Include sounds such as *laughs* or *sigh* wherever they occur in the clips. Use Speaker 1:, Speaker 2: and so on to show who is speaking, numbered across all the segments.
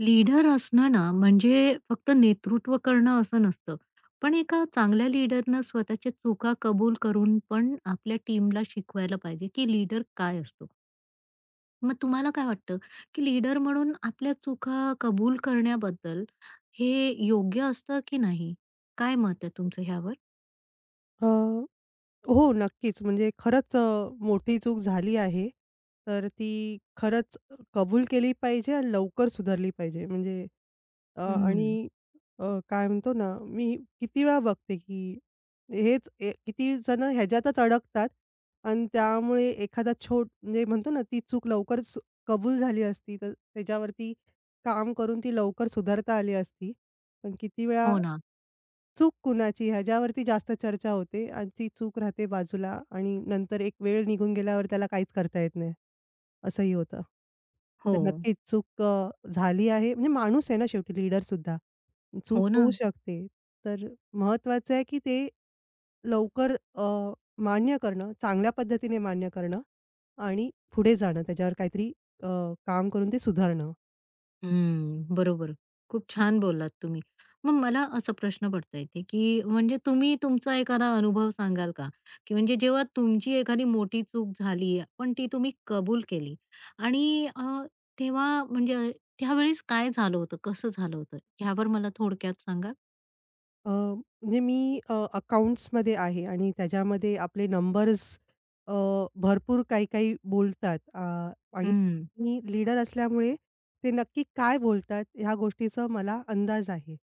Speaker 1: Leader असणं ना, म्हणजे फक्त नेतृत्व करणं असं नसतं. पण एका चांगल्या लीडरनं स्वतःच्या चुका कबूल करून पण आपल्या टीमला शिकवायला पाहिजे, की लीडर काय असतो. मग तुम्हाला काय वाटतं, की लीडर म्हणून आपल्या चुका कबूल करण्याबद्दल हे योग्य असतं की नाही? काय मत आहे तुमचं ह्यावर?
Speaker 2: अ, हो, नक्कीच. म्हणजे खरंच मोठी चूक झाली आहे. तर ती खरंच कबूल केली पाहिजे आणि लवकर सुधारली पाहिजे. म्हणजे अ, आणि
Speaker 1: हं.
Speaker 2: काय म्हणतो ना, मी किती वेळा बघते, की हेच किती जण ह्याच्यातच अडकतात आणि त्यामुळे एखादा छोट म्हणजे म्हणतो ना, ती चूक लवकर कबूल झाली असती, तर त्याच्यावरती काम करून ती लवकर सुधारता आली असती. पण किती वेळा
Speaker 1: हो ना.
Speaker 2: चूक कुणाची ह्याच्यावरती जास्त चर्चा होते आणि ती चूक राहते बाजूला आणि नंतर एक वेळ निघून गेल्यावर त्याला काहीच करता येत नाही. असंही होतं.
Speaker 1: हो.
Speaker 2: तर नक्कीच चूक झाली आहे म्हणजे माणूस आहे ना शेवटी लीडर लीडरसुद्धा. चूक
Speaker 1: हो ना.
Speaker 2: होऊ शकते. तर महत्त्वाचं आहे की ते लवकर मान्य करणं, चांगल्या पद्धतीने मान्य करणं आणि पुढे जाणं त्याच्यावर काहीतरी अ, काम करून ते सुधारणं.
Speaker 1: हम्म, बरोबर. खूप छान बोललात तुम्ही. मग मला असा प्रश्न पडतोय इथे, की म्हणजे तुम्ही तुमचा एखादा अनुभव सांगाल का? की म्हणजे जेव्हा तुमची एखादी मोठी चूक झाली, पण ती तुम्ही कबूल केली आणि तेव्हा म्हणजे त्यावेळेस काय झालं होतं? कसं झालं होतं? यावर मला थोडक्यात सांगाल?
Speaker 2: म्हणजे मी अकाउंट्समध्ये आहे आणि त्याच्यामध्ये आपले नंबर्स अ, भरपूर काही-काही बोलतात आणि
Speaker 1: हं.
Speaker 2: मी लीडर असल्यामुळे ते नक्की काय बोलतात ह्या गोष्टीचा मला अंदाज आहे.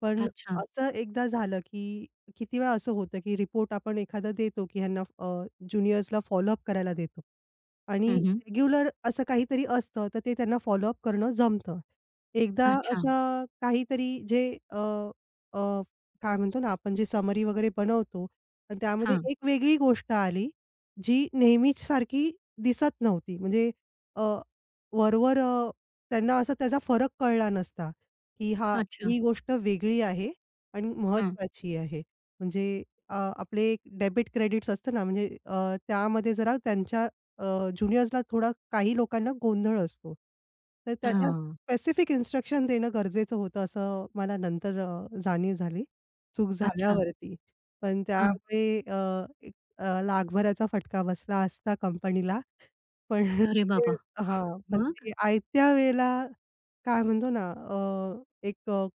Speaker 2: पण
Speaker 1: अच्छा.
Speaker 2: असं एकदा झालं, की किती वेळा असं होतं, की रिपोर्ट आपण एखादा देतो, की ह्यांना ज्युनियर्सला फॉलोअप करायला देतो आणि
Speaker 1: हं, हं.
Speaker 2: रेग्युलर असं काहीतरी असतं, तर ते त्यांना फॉलोअप करणं जमतं. एकदा
Speaker 1: अच्छा.
Speaker 2: अशा काहीतरी जे काय म्हणतो ना, आपण जे समरी वगैरे बनवतो आणि त्यामध्ये
Speaker 1: हां.
Speaker 2: एक वेगळी गोष्ट आली, जी नेहमीच सारखी दिसत नव्हती. म्हणजे अ, वरवर त्यांना असा त्याचा फरक कळला नसता, की हा
Speaker 1: अच्छा.
Speaker 2: ही गोष्ट वेगळी आहे आणि
Speaker 1: हं.
Speaker 2: महत्त्वाची आहे. म्हणजे आपले एक डेबिट क्रेडिट्स असतं ना, म्हणजे त्यामध्ये जरा त्यांच्या ज्युनियर्सला थोडा काही लोकांना गोंधळ असतो. तर त्यांना
Speaker 1: हां.
Speaker 2: स्पेसिफिक इन्स्ट्रक्शन देणं गरजेचं होतं, असं मला नंतर जाणीव झाली. चूक
Speaker 1: अच्छा.
Speaker 2: झाल्यावरती. पण
Speaker 1: हां.
Speaker 2: त्यामुळे एक लाखभराचा फटका बसला असता कंपनीला. पण *laughs*
Speaker 1: अरे
Speaker 2: ते
Speaker 1: बाबा!
Speaker 2: हां, पण
Speaker 1: मग?
Speaker 2: ते आयत्या वेळेला काय म्हणतो ना एक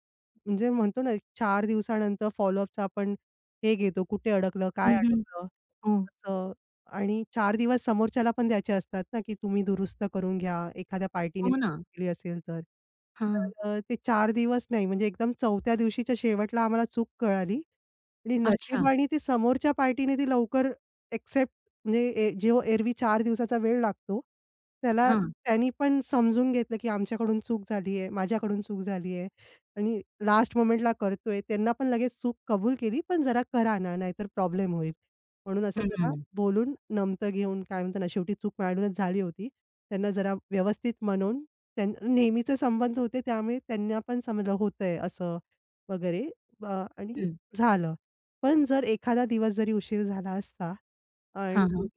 Speaker 2: म्हणजे म्हणतो ना, 4 दिवसानंतर फॉलोअपचं आपण हे घेतो, कुठे अडकलं, काय
Speaker 1: हं, हं.
Speaker 2: अडकलं,
Speaker 1: हो.
Speaker 2: असं. आणि 4 दिवस समोरच्याला पण द्यायचे असतात ना, की तुम्ही दुरुस्त करून घ्या, एखाद्या पार्टीने
Speaker 1: हो ना.
Speaker 2: मिस्टेक केली असेल तर.
Speaker 1: हां.
Speaker 2: तर ते चार दिवस नाही, म्हणजे एकदम 4थ्या दिवशीच्या शेवटला आम्हाला चूक कळाली आणि
Speaker 1: अच्छा.
Speaker 2: नशिबाने ती समोरच्या पार्टीने ती लवकर एक्सेप्ट म्हणजे जो एरवी 4 दिवसाचा वेळ लागतो, त्याला त्यांनी पण समजून घेतलं, की आमच्याकडून चूक झाली आहे, माझ्याकडून चूक झाली आहे आणि लास्ट मोमेंटला करतोय. त्यांना पण लगेच चूक कबूल केली, पण जरा करा ना, नाहीतर प्रॉब्लेम होईल. म्हणून असं जरा
Speaker 1: हं.
Speaker 2: बोलून, नमतं घेऊन, काय म्हणतात ना, शेवटी चूक माझ्याकडूनच झाली होती. त्यांना जरा व्यवस्थित म्हणून त्यां नेहमीचे संबंध होते, त्यामुळे त्यांना पण समजलं होतंय असं वगैरे आणि
Speaker 1: हं.
Speaker 2: झालं. पण जर एखादा दिवस जरी उशीर झाला असता आणि
Speaker 1: हां, हां.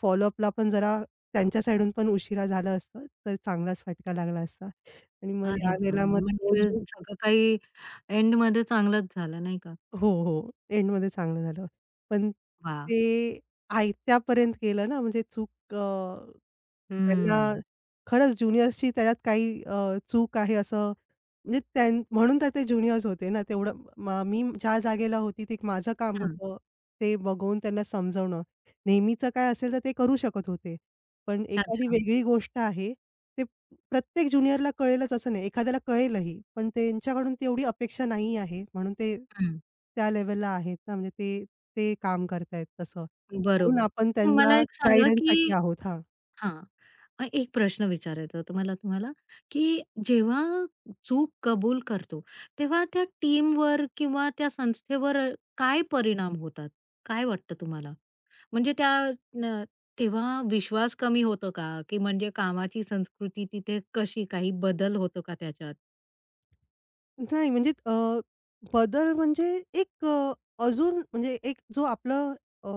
Speaker 2: फॉलोअपला पण जरा त्यांच्या साइडून पण उशिरा झालं असतं, तर चांगलाच फटका लागला असता. आणि मग
Speaker 1: अरे बाबा!
Speaker 2: यावेळेला मग तो
Speaker 1: म्हणजे
Speaker 2: जो
Speaker 1: सगळं काही एंडमध्ये चांगलंच झालं नाही का?
Speaker 2: हो, हो. एंडमध्ये चांगलं झालं. पण
Speaker 1: वाह!
Speaker 2: ते आयत्यापर्यंत गेलं ना, म्हणजे चूक त्यांना
Speaker 1: हं.
Speaker 2: खरंच ज्युनियर्सची त्याच्यात काही चूक आहे असं म्हणजे म्हणून तर ते ज्युनियर्स होते ना, तेवढं मी ज्या जागेला होती ते माझं काम
Speaker 1: हां.
Speaker 2: होतं, ते बघून त्यांना समजवणं. नेहमीचं काय असेल तर ते करू शकत होते. पण एखादी
Speaker 1: अच्छा.
Speaker 2: वेगळी गोष्ट आहे, ते प्रत्येक ज्युनियरला कळेलच असं नाही, एखाद्याला कळेलही, पण त्यांच्याकडून तेवढी अपेक्षा नाही आहे म्हणून ते
Speaker 1: हं.
Speaker 2: त्या लेव्हलला आहेत ना, म्हणजे ते ते काम करतायत तसं. म्हणून
Speaker 1: बरोबर.
Speaker 2: आपण
Speaker 1: मग
Speaker 2: त्यांना
Speaker 1: मला एक सांगा, की
Speaker 2: गाईडन्ससाठी आहोत. हां.
Speaker 1: हां, एक प्रश्न विचारायचा होता मला तुम्हाला, की जेव्हा चूक कबूल करतो, तेव्हा त्या टीमवर किंवा त्या संस्थेवर काय परिणाम होतात? काय वाटतं तुम्हाला? म्हणजे त्या न तेव्हा विश्वास कमी होतो का? की म्हणजे कामाची संस्कृती तिथे कशी काही बदल होतो का त्याच्यात?
Speaker 2: नाही म्हणजे बदल म्हणजे एक अजून म्हणजे एक जो आपला अ,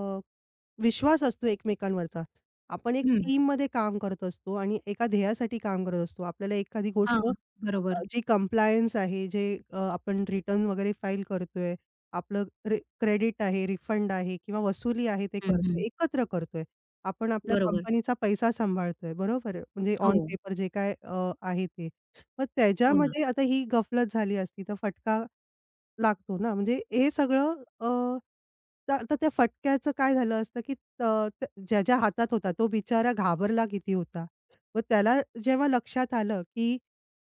Speaker 2: विश्वास असतो एकमेकांवरचा. आपण एक
Speaker 1: हं.
Speaker 2: टीममध्ये काम करत असतो आणि एका ध्येयासाठी काम करत असतो. आपल्याला एखादी
Speaker 1: हां,
Speaker 2: गोष्ट
Speaker 1: बरोबर.
Speaker 2: जी कंप्लायन्स आहे, जे आपण रिटर्न वगैरे फाईल करतोय, आपलं क्रेडिट आहे, रिफंड आहे किंवा वसुली आहे ते
Speaker 1: हं, हं.
Speaker 2: करतोय, एकत्र करतोय. आपण आपल्या
Speaker 1: बरोबर.
Speaker 2: कंपनीचा पैसा सांभाळतोय, बरोबर आहे. म्हणजे
Speaker 1: हो,
Speaker 2: ऑन पेपर जे काय आहे ते. मग
Speaker 1: हो ना.
Speaker 2: त्याच्यामध्ये आता ही गफलत झाली असती, तर फटका लागतो ना, म्हणजे हे सगळं तर आता त्या फटक्याचं काय झालं असतं, की त त ज्याच्या हातात होता तो बिचारा घाबरला किती होता. मग त्याला जेव्हा लक्षात आलं, की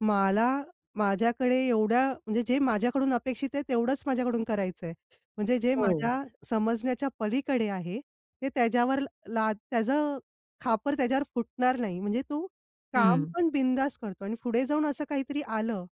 Speaker 2: मला माझ्याकडे एवढ्या म्हणजे जे माझ्याकडून अपेक्षित आहे तेवढंच माझ्याकडून करायचं आहे. म्हणजे जे
Speaker 1: हो.
Speaker 2: माझ्या समजण्याच्या पलीकडे आहे, ते त्याच्यावर त्याचं खापर त्याच्यावर फुटणार नाही. म्हणजे तो काम
Speaker 1: हं.
Speaker 2: पण बिनधास्त करतो आणि पुढे जाऊन असं काहीतरी आलं,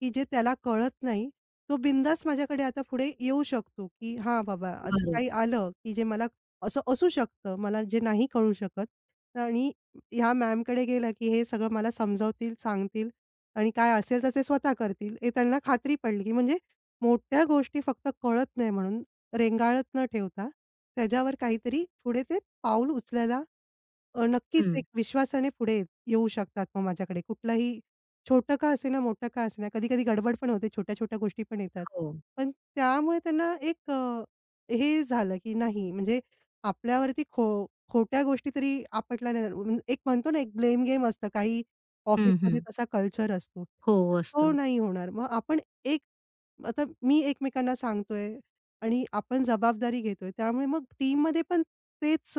Speaker 2: की जे त्याला कळत नाही तो बिंदास माझ्याकडे आता पुढे येऊ शकतो, की हां, बाबा असं
Speaker 1: बरोबर.
Speaker 2: काही आलं, की जे मला असं असू शकतं, मला जे नाही कळू शकत आणि ह्या मॅमकडे गेला की हे सगळं मला समजावतील, सांगतील आणि काय असेल तर ते स्वतः करतील. हे त्यांना खात्री पडली, की म्हणजे मोठ्या गोष्टी फक्त कळत नाही म्हणून रेंगाळत न ठेवता त्याच्यावर काहीतरी पुढे ते पाऊल उचलायला नक्कीच एक
Speaker 1: हं.
Speaker 2: विश्वासाने पुढे येऊ शकतात मग माझ्याकडे. कुठलाही छोटं का असेना, मोठं का असेना, कधी-कधी गडबड पण होते, छोट्या-छोट्या गोष्टी पण येतात.
Speaker 1: हो.
Speaker 2: पण त्यामुळे त्यांना एक हे झालं की नाही म्हणजे आपल्यावरती खोट्या गोष्टी तरी आपटल्या नाही जाणार. एक म्हणतो ना, एक ब्लेम गेम असतं काही
Speaker 1: हं, हं.
Speaker 2: ऑफिसमध्ये तसा कल्चर असतो.
Speaker 1: हो
Speaker 2: तो
Speaker 1: असतं.
Speaker 2: नाही होणार. मग आपण एक आता मी एकमेकांना सांगतोय आणि आपण जबाबदारी घेतोय. त्यामुळे मग टीममध्ये पण तेच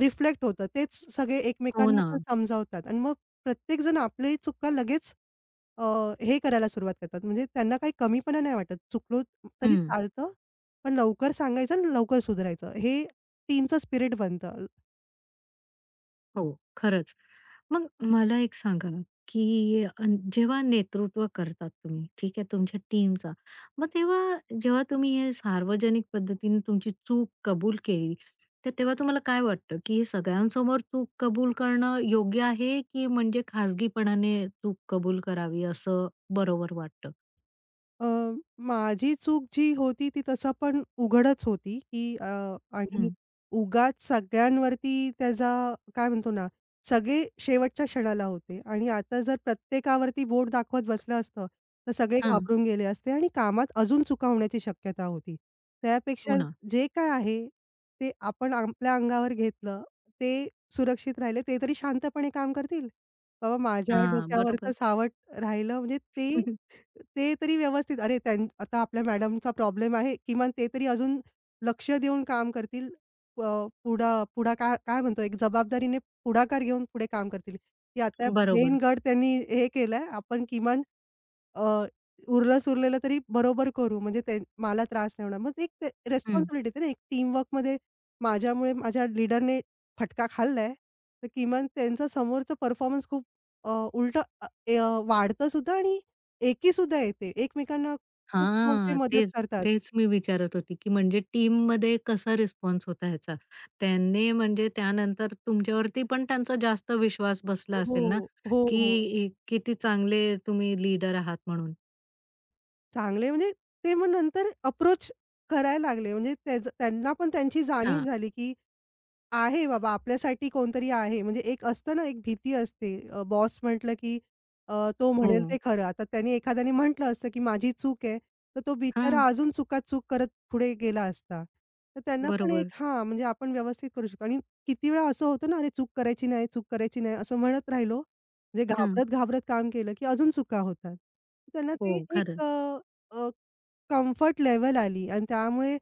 Speaker 2: रिफ्लेक्ट होतं. तेच सगळे
Speaker 1: हो
Speaker 2: एकमेकांना
Speaker 1: ना.
Speaker 2: पण समजावतात आणि मग प्रत्येकजण आपली चुका लगेच अ, हे करायला सुरुवात करतात. म्हणजे त्यांना काही कमीपणा नाही वाटत. चुकलो तरी
Speaker 1: हं.
Speaker 2: चालतं, पण लवकर सांगायचं आणि लवकर सुधारायचं. हे टीमचं स्पिरिट बनतं.
Speaker 1: हो, खरंच. मग मला एक सांगा, की जेव्हा नेतृत्व करतात तुम्ही, ठीक आहे, तुमच्या टीमचा, मग तेव्हा जेव्हा तुम्ही हे सार्वजनिक पद्धतीने तुमची चूक कबूल केली, तर तेव्हा तुम्हाला काय वाटतं, की हे सगळ्यांसमोर चूक कबूल करणं योग्य आहे, की म्हणजे खाजगीपणाने चूक कबूल करावी असं बरोबर वाटतं?
Speaker 2: अ, माझी चूक जी होती ती तसं पण उघडच होती, की आणि
Speaker 1: हं.
Speaker 2: उगाच सगळ्यांवरती त्याचा काय म्हणतो ना, सगळे शेवटच्या क्षणाला होते आणि आता जर प्रत्येकावरती बोट दाखवत बसलं असतं, तर सगळे
Speaker 1: हां,
Speaker 2: घाबरून गेले असते आणि कामात अजून चुका होण्याची शक्यता होती.
Speaker 1: हो
Speaker 2: त्यापेक्षा
Speaker 1: ना.
Speaker 2: जे काय आहे, ते आपण आपल्या अंगावर घेतलं, ते सुरक्षित राहिले, ते तरी शांतपणे काम करतील. बाबा माझ्या
Speaker 1: हां,
Speaker 2: डोक्यावरचं
Speaker 1: बरोबर.
Speaker 2: सावट राहिलं म्हणजे ते
Speaker 1: *laughs*
Speaker 2: ते तरी व्यवस्थित अरे, त्यां आता आपल्या मॅडमचा प्रॉब्लेम आहे. किमान ते तरी अजून लक्ष देऊन काम करतील. अ, पुढा पुढा काय काय म्हणतो एक जबाबदारीने पुढाकार घेऊन पुढे काम करतील, की आता
Speaker 1: बरोबर.
Speaker 2: मेन गड त्यांनी हे केलंय. आपण किमान अ, उरलं-सुरलेलं तरी बरोबर करू म्हणजे ते मला त्रास नाही होणार. मग एक ते रिस्पॉन्सिबिलिटी येते ना, एक टीमवर्कमध्ये माझ्यामुळे माझ्या लीडरने फटका खाल्लाय, तर किमान त्यांचा समोरचा परफॉर्मन्स खूप उलटं वाढतं सुद्धा आणि एकीसुद्धा येते. एकमेकांना खूप मग ते
Speaker 1: हां,
Speaker 2: मदत
Speaker 1: तेच,
Speaker 2: करतात.
Speaker 1: तेच मी विचारत होती, की म्हणजे टीममध्ये कसा रिस्पॉन्स होता ह्याचा? त्यांनी म्हणजे त्यानंतर तुमच्यावरती पण त्यांचा जास्त विश्वास बसला
Speaker 2: हो,
Speaker 1: असेल ना,
Speaker 2: हो,
Speaker 1: की
Speaker 2: हो.
Speaker 1: किती चांगले तुम्ही लीडर आहात म्हणून.
Speaker 2: चांगले म्हणजे ते मग नंतर अप्रोच करायला लागले म्हणजे त्याचं त्यांना पण त्यांची जाणीव
Speaker 1: हां,
Speaker 2: झाली, की आहे बाबा, आपल्यासाठी कोणतरी आहे. म्हणजे एक असतं ना, एक भीती असते. बॉस म्हटलं की तो
Speaker 1: हो,
Speaker 2: म्हणेल ते खरं. आता त्याने एखाद्याने म्हटलं असतं की माझी चूक आहे, तर तो बिचारा
Speaker 1: हां,
Speaker 2: अजून चुकात चूक करत पुढे गेला असता. तर त्यांना पण एक
Speaker 1: बरोबर.
Speaker 2: हां, म्हणजे आपण व्यवस्थित करू शकतो. आणि किती वेळा असं होतं ना, "अरे चूक करायची नाही, चूक करायची नाही," असं म्हणत राहिलो. म्हणजे
Speaker 1: हां,
Speaker 2: घाबरत-घाबरत काम केलं की अजून चुका होतात. त्यांना
Speaker 1: हो,
Speaker 2: ते एक
Speaker 1: खरंच.
Speaker 2: कम्फर्ट लेव्हल आली आणि त्यामुळे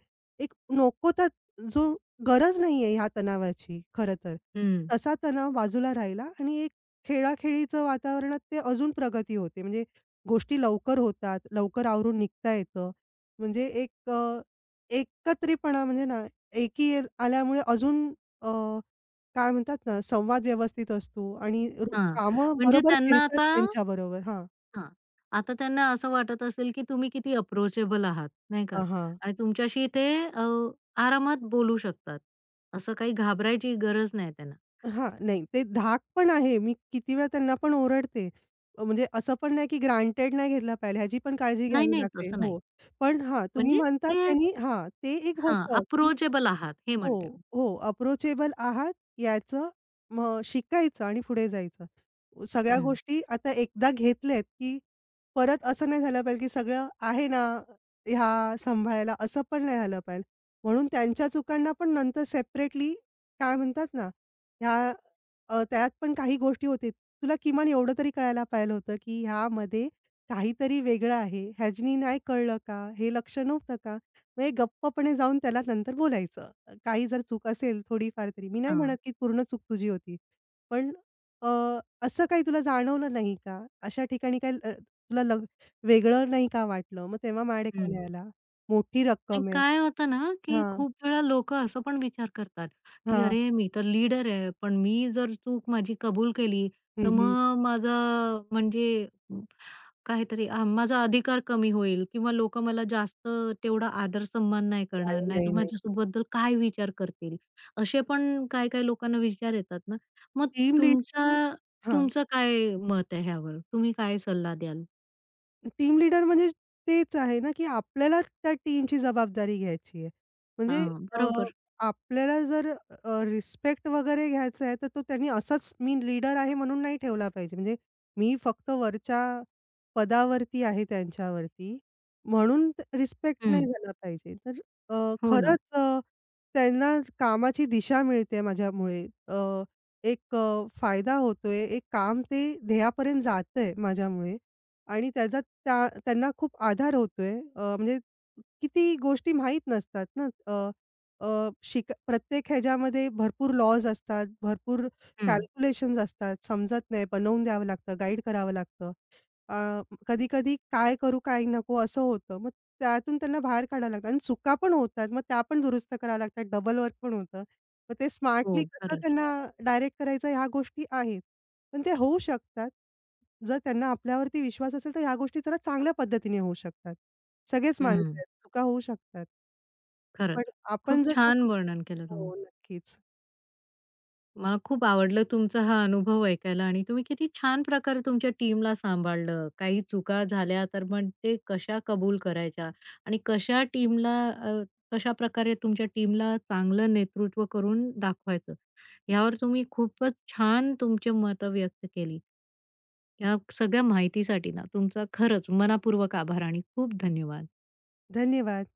Speaker 2: एक नको त्या जो गरज नाहीये ह्या तणावाची खरं तर.
Speaker 1: हं,
Speaker 2: तसा तणाव बाजूला राहिला आणि एक खेळाखेळीचं वातावरणात ते अजून प्रगती होते. म्हणजे गोष्टी लवकर होतात, लवकर आवरून निघता येतं. म्हणजे एक एकत्रीपणा म्हणजे ना, आल्यामुळे अजून अ, काय म्हणतात ना, संवाद व्यवस्थित असतो आणि
Speaker 1: हां,
Speaker 2: कामं
Speaker 1: म्हणजे
Speaker 2: बरोबर
Speaker 1: त्यांना
Speaker 2: फिरतात
Speaker 1: आता
Speaker 2: त्यांच्याबरोबर. हां.
Speaker 1: हां. आता त्यांना असं वाटत असेल, की तुम्ही किती अप्रोचेबल आहात, नाही का?
Speaker 2: हां, हां.
Speaker 1: आणि तुमच्याशी ते आरामात बोलू शकतात. असं काही घाबरायची गरज नाही त्यांना.
Speaker 2: हां, नाही ते धाक पण आहे. मी किती वेळा त्यांना पण ओरडते. म्हणजे असं पण नाही की ग्रांटेड नाही घेतला पाहिजे ह्याची पण काळजी
Speaker 1: नाही,
Speaker 2: घ्यावी
Speaker 1: नाही
Speaker 2: लागते.
Speaker 1: तसं
Speaker 2: हो.
Speaker 1: नाही.
Speaker 2: पण हां, तुम्ही
Speaker 1: म्हणजे
Speaker 2: म्हणता
Speaker 1: ते
Speaker 2: त्यांनी हां, ते एक
Speaker 1: हां,
Speaker 2: होतं की
Speaker 1: अप्रोचेबल आहात हे
Speaker 2: हो,
Speaker 1: म्हणते मी.
Speaker 2: हो. अप्रोचेबल आहात याचं मग शिकायचं आणि पुढे जायचं. सगळ्या
Speaker 1: हं,
Speaker 2: गोष्टी आता एकदा घेतल्यात, की परत असं नाही झालं पाहिजे, की सगळं आहे ना, ह्या सांभाळायला असं पण नाही झालं पाहिजे. म्हणून त्यांच्या चुकांना पण नंतर सेपरेटली काय म्हणतात ना, ह्या त्यात पण काही गोष्टी होती. तुला किमान एवढं तरी कळायला पाहिलं होतं, की ह्यामध्ये काहीतरी वेगळं आहे. ह्यानी नाही कळलं का? हे लक्ष नव्हतं का? मग गप्पपणे जाऊन त्याला नंतर बोलायचं. काही जर चूक असेल थोडीफार तरी, मी नाही म्हणत
Speaker 1: हां,
Speaker 2: की पूर्ण चूक तुझी होती. पण अ, असं काही तुला जाणवलं नाही का? अशा ठिकाणी काही तुला लग वेगळं नाही का वाटलं? मग तेव्हा माझ्याकडे का
Speaker 1: हं.
Speaker 2: नाही आला? मोठी
Speaker 1: आणि
Speaker 2: रक्कम आहे.
Speaker 1: काय होतं ना, की
Speaker 2: हां,
Speaker 1: खूप वेळा लोकं असं पण विचार करतात, की
Speaker 2: हां.
Speaker 1: "अरे, मी तर लीडर आहे, पण मी जर चूक माझी कबूल केली,
Speaker 2: हं,
Speaker 1: तर
Speaker 2: हं.
Speaker 1: मग माझा म्हणजे काहीतरी माझा अधिकार कमी होईल किंवा लोकं मला जास्त तेवढा आदर सन्मान नाही करणार,
Speaker 2: नाही,
Speaker 1: नाहीतर
Speaker 2: नाही, नाही.
Speaker 1: माझ्याबद्दल काय विचार करतील? असे पण काही-काही लोकांना विचार येतात ना. मग
Speaker 2: टीम लीड
Speaker 1: तुमचा
Speaker 2: हां.
Speaker 1: तुमचं काय मत आहे ह्यावर? तुम्ही काय सल्ला द्याल?
Speaker 2: टीम लीडर म्हणजे तेच आहे ना, की आपल्याला त्या टीमची जबाबदारी घ्यायची आहे. म्हणजे
Speaker 1: हां,
Speaker 2: अ,
Speaker 1: बरोबर.
Speaker 2: आपल्याला जर रिस्पेक्ट वगैरे घ्यायचा आहे, तर तो त्यांनी असाच मी लीडर आहे म्हणून नाही ठेवला पाहिजे. म्हणजे मी फक्त वरच्या पदावरती आहे त्यांच्यावरती, म्हणून रिस्पेक्ट नाही
Speaker 1: हं.
Speaker 2: झाला पाहिजे. तर
Speaker 1: हो ना.
Speaker 2: खरंच त्यांना कामाची दिशा मिळते माझ्यामुळे. एक फायदा होतोय, एक काम ते ध्येयापर्यंत जातंय माझ्यामुळे आणि त्याचा त्यांना खूप आधार होतोय. म्हणजे किती गोष्टी माहीत नसतात ना. अ, अ, शिक प्रत्येक ह्याच्यामध्ये भरपूर लॉज असतात, भरपूर
Speaker 1: हं.
Speaker 2: कॅल्क्युलेशन्स असतात. समजत नाही, बनवून द्यावं लागतं, गाईड करावं लागतं. कधी-कधी काय करू, काय नको असं होतं. मग त्यातून त्यांना बाहेर काढायला लागतं आणि चुका पण होतात. मग त्या पण दुरुस्त कराव्या लागतात. डबल वर्क पण होतं. मग ते
Speaker 1: हो,
Speaker 2: स्मार्टली कसं
Speaker 1: खरंच.
Speaker 2: त्यांना डायरेक्ट करायचं ह्या गोष्टी आहेत. पण ते होऊ शकतात. जर त्यांना आपल्यावरती विश्वास असेल, तर ह्या गोष्टी जरा चांगल्या पद्धतीने होऊ शकतात. सगळेच माणसं
Speaker 1: हं.
Speaker 2: आहेत, चुका होऊ शकतात. पण
Speaker 1: खरंच.
Speaker 2: आपण
Speaker 1: खूप
Speaker 2: जर
Speaker 1: छान
Speaker 2: चुकलो
Speaker 1: वर्णन केलं तुम्ही.
Speaker 2: हो, नक्कीच.
Speaker 1: मला खूप आवडलं तुमचा हा अनुभव ऐकायला आणि तुम्ही किती छान प्रकारे तुमच्या टीमला सांभाळलं. काही चुका झाल्या तर मग ते कशा कबूल करायच्या आणि कशा टीमला कशाप्रकारे तुमच्या टीमला चांगलं नेतृत्व करून दाखवायचं. यावर तुम्ही खूपच छान तुमची मतं व्यक्त केली. या सगळ्या माहितीसाठी ना तुमचा खरंच मनपूर्वक आभार आणि खूप धन्यवाद.
Speaker 2: धन्यवाद.